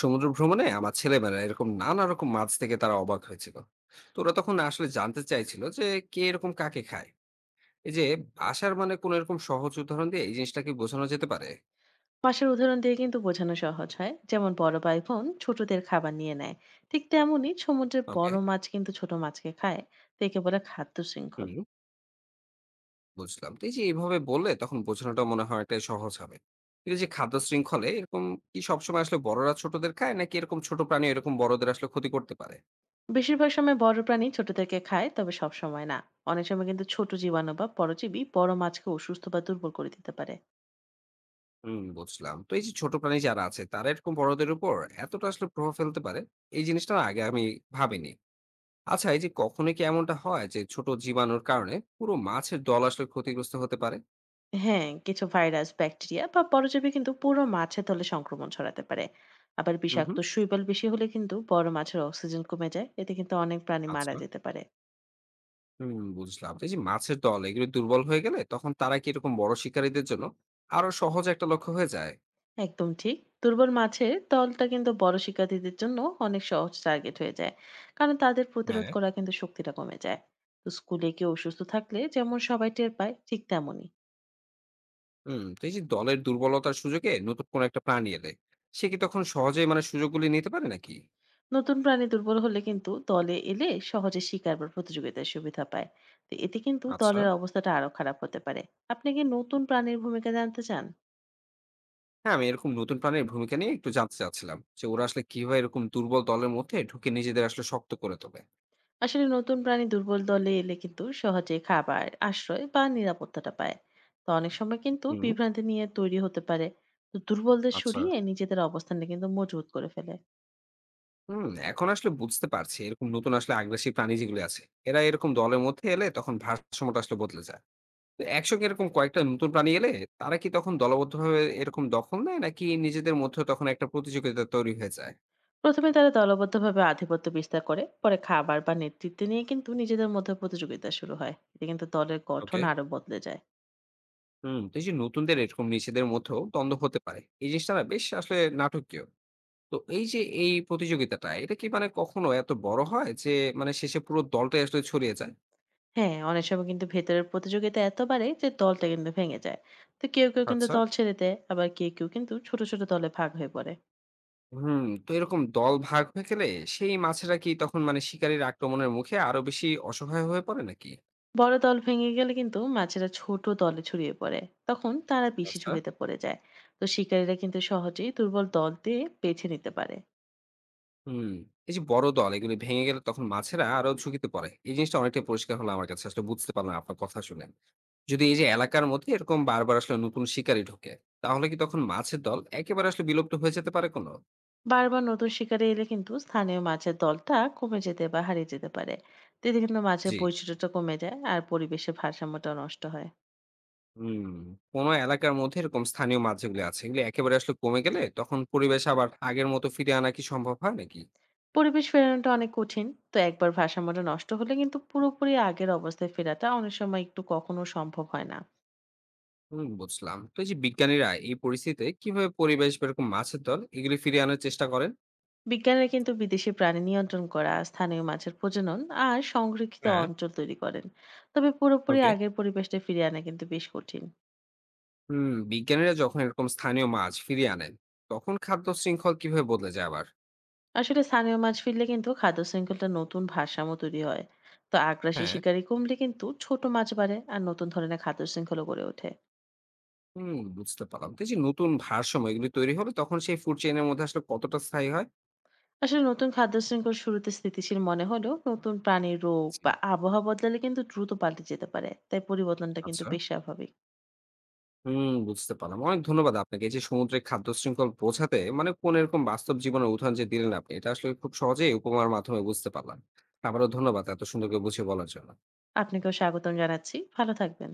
সমুদ্র ভ্রমণে আমার ছেলেবেলা এরকম নানা রকম মাছ থেকে তারা অবাক হয়েছিল। তো ওরা তখন আসলে জানতে চাইছিল যে কে এরকম কাকে খায়। এই যে আসার মানে কোন এরকম সহজ উদাহরণ দিয়ে এই জিনিসটাকে বোঝানো যেতে পারে। পাশের উদাহরণ দিয়ে কিন্তু বোঝানো সহজ হয়, যেমন বড় ভাই বোন ছোটদের খাবার নিয়ে নেয়। ঠিক তেমনই সমুদ্রের বড় ওকে। মাছ কিন্তু ছোট মাছকে খায়। তো একে বলে খাদ্য শৃঙ্খল। হুম, বুঝলাম। তো এই যে এইভাবে বললে তখন বোঝানোটা মনে হয় একটা সহজ হবে। কিন্তু এই যে খাদ্য শৃঙ্খলে এরকম কি সবসময় আসলে বড়রা ছোটদের খায়, নাকি এরকম ছোট প্রাণী এরকম বড়দের আসলে ক্ষতি করতে পারে? বেশিরভাগ সময় বড় প্রাণী ছোটদেরকে খায়, তবে সব সময় না। অনেক সময় কিন্তু ছোট জীবাণু বা পরজীবী বড় মাছকে অসুস্থ বা দুর্বল করে দিতে পারে। হুম, বুঝলাম। তো এই যে ছোট প্রাণী যারা আছে তারা এরকম বড়দের উপর এতটা আসলে প্রভাব ফেলতে পারে, এই জিনিসটা আগে আমি ভাবিনি। আচ্ছা, এই যে কখনো কি এমনটা হয় যে ছোট জীবাণুর কারণে পুরো মাছের দল আসলে ক্ষতিগ্রস্ত হতে পারে? হ্যাঁ, কিছু ভাইরাস, ব্যাকটেরিয়া বা পরজীবী কিন্তু পুরো মাছের তলে সংক্রমণ ছড়াতে পারে। আবার হুম, বিষাক্ত হুম। শৈবাল বেশি হলে কিন্তু বড় মাছের অক্সিজেন কমে যায়, এতে কিন্তু অনেক প্রাণী মারা আচ্ছা। যেতে পারে। হুম, বুঝলাম। তো এই যে মাছের দল এগুলো দুর্বল হয়ে গেলে তখন তারা কি এরকম বড় শিকারীদের জন্য আরো সহজ একটা লক্ষ্য হয়ে যায়? একদম ঠিক। দুর্বল মাছের দলটা কিন্তু বড় শিকারীদের জন্য অনেক সহজ টার্গেট হয়ে যায়। কারণ তাদের প্রতিরোধ হ্যাঁ। করা কিন্তু শক্তিটা কমে যায়। তো স্কুলে কেউ অসুস্থ থাকলে যেমন সবাই টের পায়, ঠিক তেমনই। হুম, তো এই যে দলের দুর্বলতার সুযোগে নতুন কোনো একটা প্রাণী এলে সে কি তখন সহজেই মানে সুযোগগুলি নিতে পারে নাকি? নতুন প্রাণী দুর্বল হলে কিন্তু দলে এলে সহজে শিকার বা প্রতিযোগিতার সুবিধা পায়। তো এতে কিন্তু আচ্ছা। দলের অবস্থাটা আরো খারাপ হতে পারে। আপনি কি নতুন প্রাণীর ভূমিকা জানতে চান? হ্যাঁ, আমি এরকম নতুন প্রাণীর ভূমিকা নিয়ে একটু জানতে চাচ্ছিলাম যে ওরা আসলে কিভাবে এরকম দুর্বল দলের মধ্যে ঢুকে নিজেদের আসলে শক্ত করে তোলে। আসলে নতুন প্রাণী দুর্বল দলে এলে কিন্তু সহজে খাবার, আশ্রয় বা নিরাপত্তাটা পায়। তো অনেক সময় কিন্তু হুম। বিভ্রান্তি নিয়ে তৈরি হতে পারে। তো দুর্বলদের আচ্ছা। সরিয়ে নিজেদের অবস্থানটা কিন্তু মজবুত করে ফেলে। হুম, এখন আসলে বুঝতে পারছি এরকম নতুন আসলে আগ্রাসী প্রাণী যেগুলো আছে এরা এরকম দলের মধ্যে এলে তখন ভারসাম্যটা আসলে বদলে যায়। তো একসঙ্গে এরকম কয়েকটা নতুন প্রাণী এলে তারা কি তখন দলবদ্ধভাবে এরকম দখল নেয়, নাকি নিজেদের মধ্যে তখন একটা প্রতিযোগিতা তৈরি হয়ে যায়? প্রথমে তারা দলবদ্ধভাবে আধিপত্য বিস্তার করে, পরে খাবার বা নেতৃত্ব নিয়ে কিন্তু নিজেদের মধ্যে প্রতিযোগিতা শুরু হয়। এতে কিন্তু দলের গঠন ওকে। আরো বদলে যায়। হুম, তো এই যে নতুনদের এরকম নিজেদের মধ্যেও দ্বন্দ্ব হতে পারে, এই জিনিসটা না বেশ আসলে নাটকীয়। তো এই যে এই প্রতিযোগিতাটা এটা কি মানে কখনো এত বড় হয় যে মানে শেষে পুরো দলটাই আসলে ছড়িয়ে যায়? হ্যাঁ, অনেক সময় কিন্তু ভেতরের প্রতিযোগিতা এত বাড়ে যে দলটা কিন্তু ভেঙে যায়। তো কেউ কেউ কিন্তু আচ্ছা। দল ছেড়ে দেয়, আবার কেউ কেউ কিন্তু ছোট ছোট দলে ভাগ হয়ে পড়ে। হুম, তো এরকম দল ভাগ হয়ে গেলে সেই মাছেরা কি তখন মানে শিকারীর আক্রমণের মুখে আরো বেশি অসহায় হয়ে পড়ে নাকি? বড় দল ভেঙে গেলে কিন্তু মাছেরা ছোট দলে ছড়িয়ে পড়ে, তখন তারা বেশি আচ্ছা। ঝুঁকিতে পড়ে যায়। তো শিকারীরা কিন্তু সহজেই দুর্বল দল দিয়ে বেছে নিতে পারে। হুম, এই যে বড় দল এগুলি ভেঙে গেলে তখন মাছেরা আরো ঝুঁকিতে পড়ে, এই জিনিসটা অনেকটা পরিষ্কার হলো আমার কাছে। আসলে বুঝতে পারলাম আপনার কথা শুনে। যদি এই যে এলাকার মধ্যে এরকম বারবার আসলে নতুন শিকারী ঢোকে, তাহলে কি তখন মাছের দল একেবারে আসলে বিলুপ্ত হয়ে যেতে পারে কোনো? বারবার নতুন শিকারে এলে কিন্তু স্থানীয় মাছের দলটা কমে যেতে বা হারিয়ে যেতে পারে। তো এতে কিন্তু মাছের জি। বৈচিত্র্যটা কমে যায়, আর পরিবেশের ভারসাম্যটা নষ্ট হয়। হুম, কোনো এলাকার মধ্যে এরকম স্থানীয় মাছ যেগুলি আছে এগুলি একেবারে আসলে কমে গেলে তখন পরিবেশ আবার আগের মতো ফিরে আনা কি সম্ভব হয় নাকি? পরিবেশ ফেরানোটা অনেক কঠিন। তো একবার ভারসাম্যটা নষ্ট হলে কিন্তু পুরোপুরি আগের অবস্থায় ফেরাটা অনেক সময় একটু কখনো সম্ভব হয় না। হুম, বুঝলাম। তো এই যে বিজ্ঞানীরা এই পরিস্থিতিতে কিভাবে পরিবেশ বা এরকম মাছের দল এগুলি ফিরিয়ে আনার চেষ্টা করেন? বিজ্ঞানীরা কিন্তু বিদেশি প্রাণী নিয়ন্ত্রণ করা, স্থানীয় মাছের প্রজনন আর সংরক্ষিত হ্যাঁ, অঞ্চল তৈরি করেন। তবে পুরোপুরি ওকে। আগের পরিবেশটা ফিরিয়ে আনা কিন্তু বেশ কঠিন। হুম, বিজ্ঞানীরা যখন এরকম স্থানীয় মাছ ফিরিয়ে আনেন, তখন খাদ্য শৃঙ্খল কিভাবে বদলে যায় আবার? আসলে স্থানীয় মাছ ফিরলে কিন্তু খাদ্য শৃঙ্খলটা নতুন ভারসাম্য তৈরি হয়। তো আগ্রাসী হ্যাঁ। শিকারী কমলে কিন্তু ছোট মাছ বাড়ে, আর নতুন ধরনের খাদ্য শৃঙ্খলা গড়ে ওঠে। হুম, বুঝতে পারলাম। তো এই যে নতুন ভারসাম্য এগুলি তৈরি হলে তখন সেই ফুড চেইন এর মধ্যে আসলে কতটা স্থায়ী হয়? আসলে নতুন খাদ্য শৃঙ্খল শুরুতে স্থিতিশীল মনে হলেও, নতুন প্রাণীর রোগ জি, বা আবহাওয়া বদলালে কিন্তু দ্রুত পাল্টে যেতে পারে। তাই পরিবর্তনটা কিন্তু আচ্ছা। বেশ স্বাভাবিক। হুম, বুঝতে পারলাম। অনেক ধন্যবাদ আপনাকে। এই যে সমুদ্রের খাদ্য শৃঙ্খল বোঝাতে মানে কোন এরকম বাস্তব জীবনের উদাহরণ যে দিলেন আপনি, এটা আসলে খুব সহজেই উপমার মাধ্যমে বুঝতে পারলাম। আবারও ধন্যবাদ এত সুন্দর করে বুঝিয়ে বলার জন্য। আপনাকেও স্বাগতম জানাচ্ছি, ভালো থাকবেন।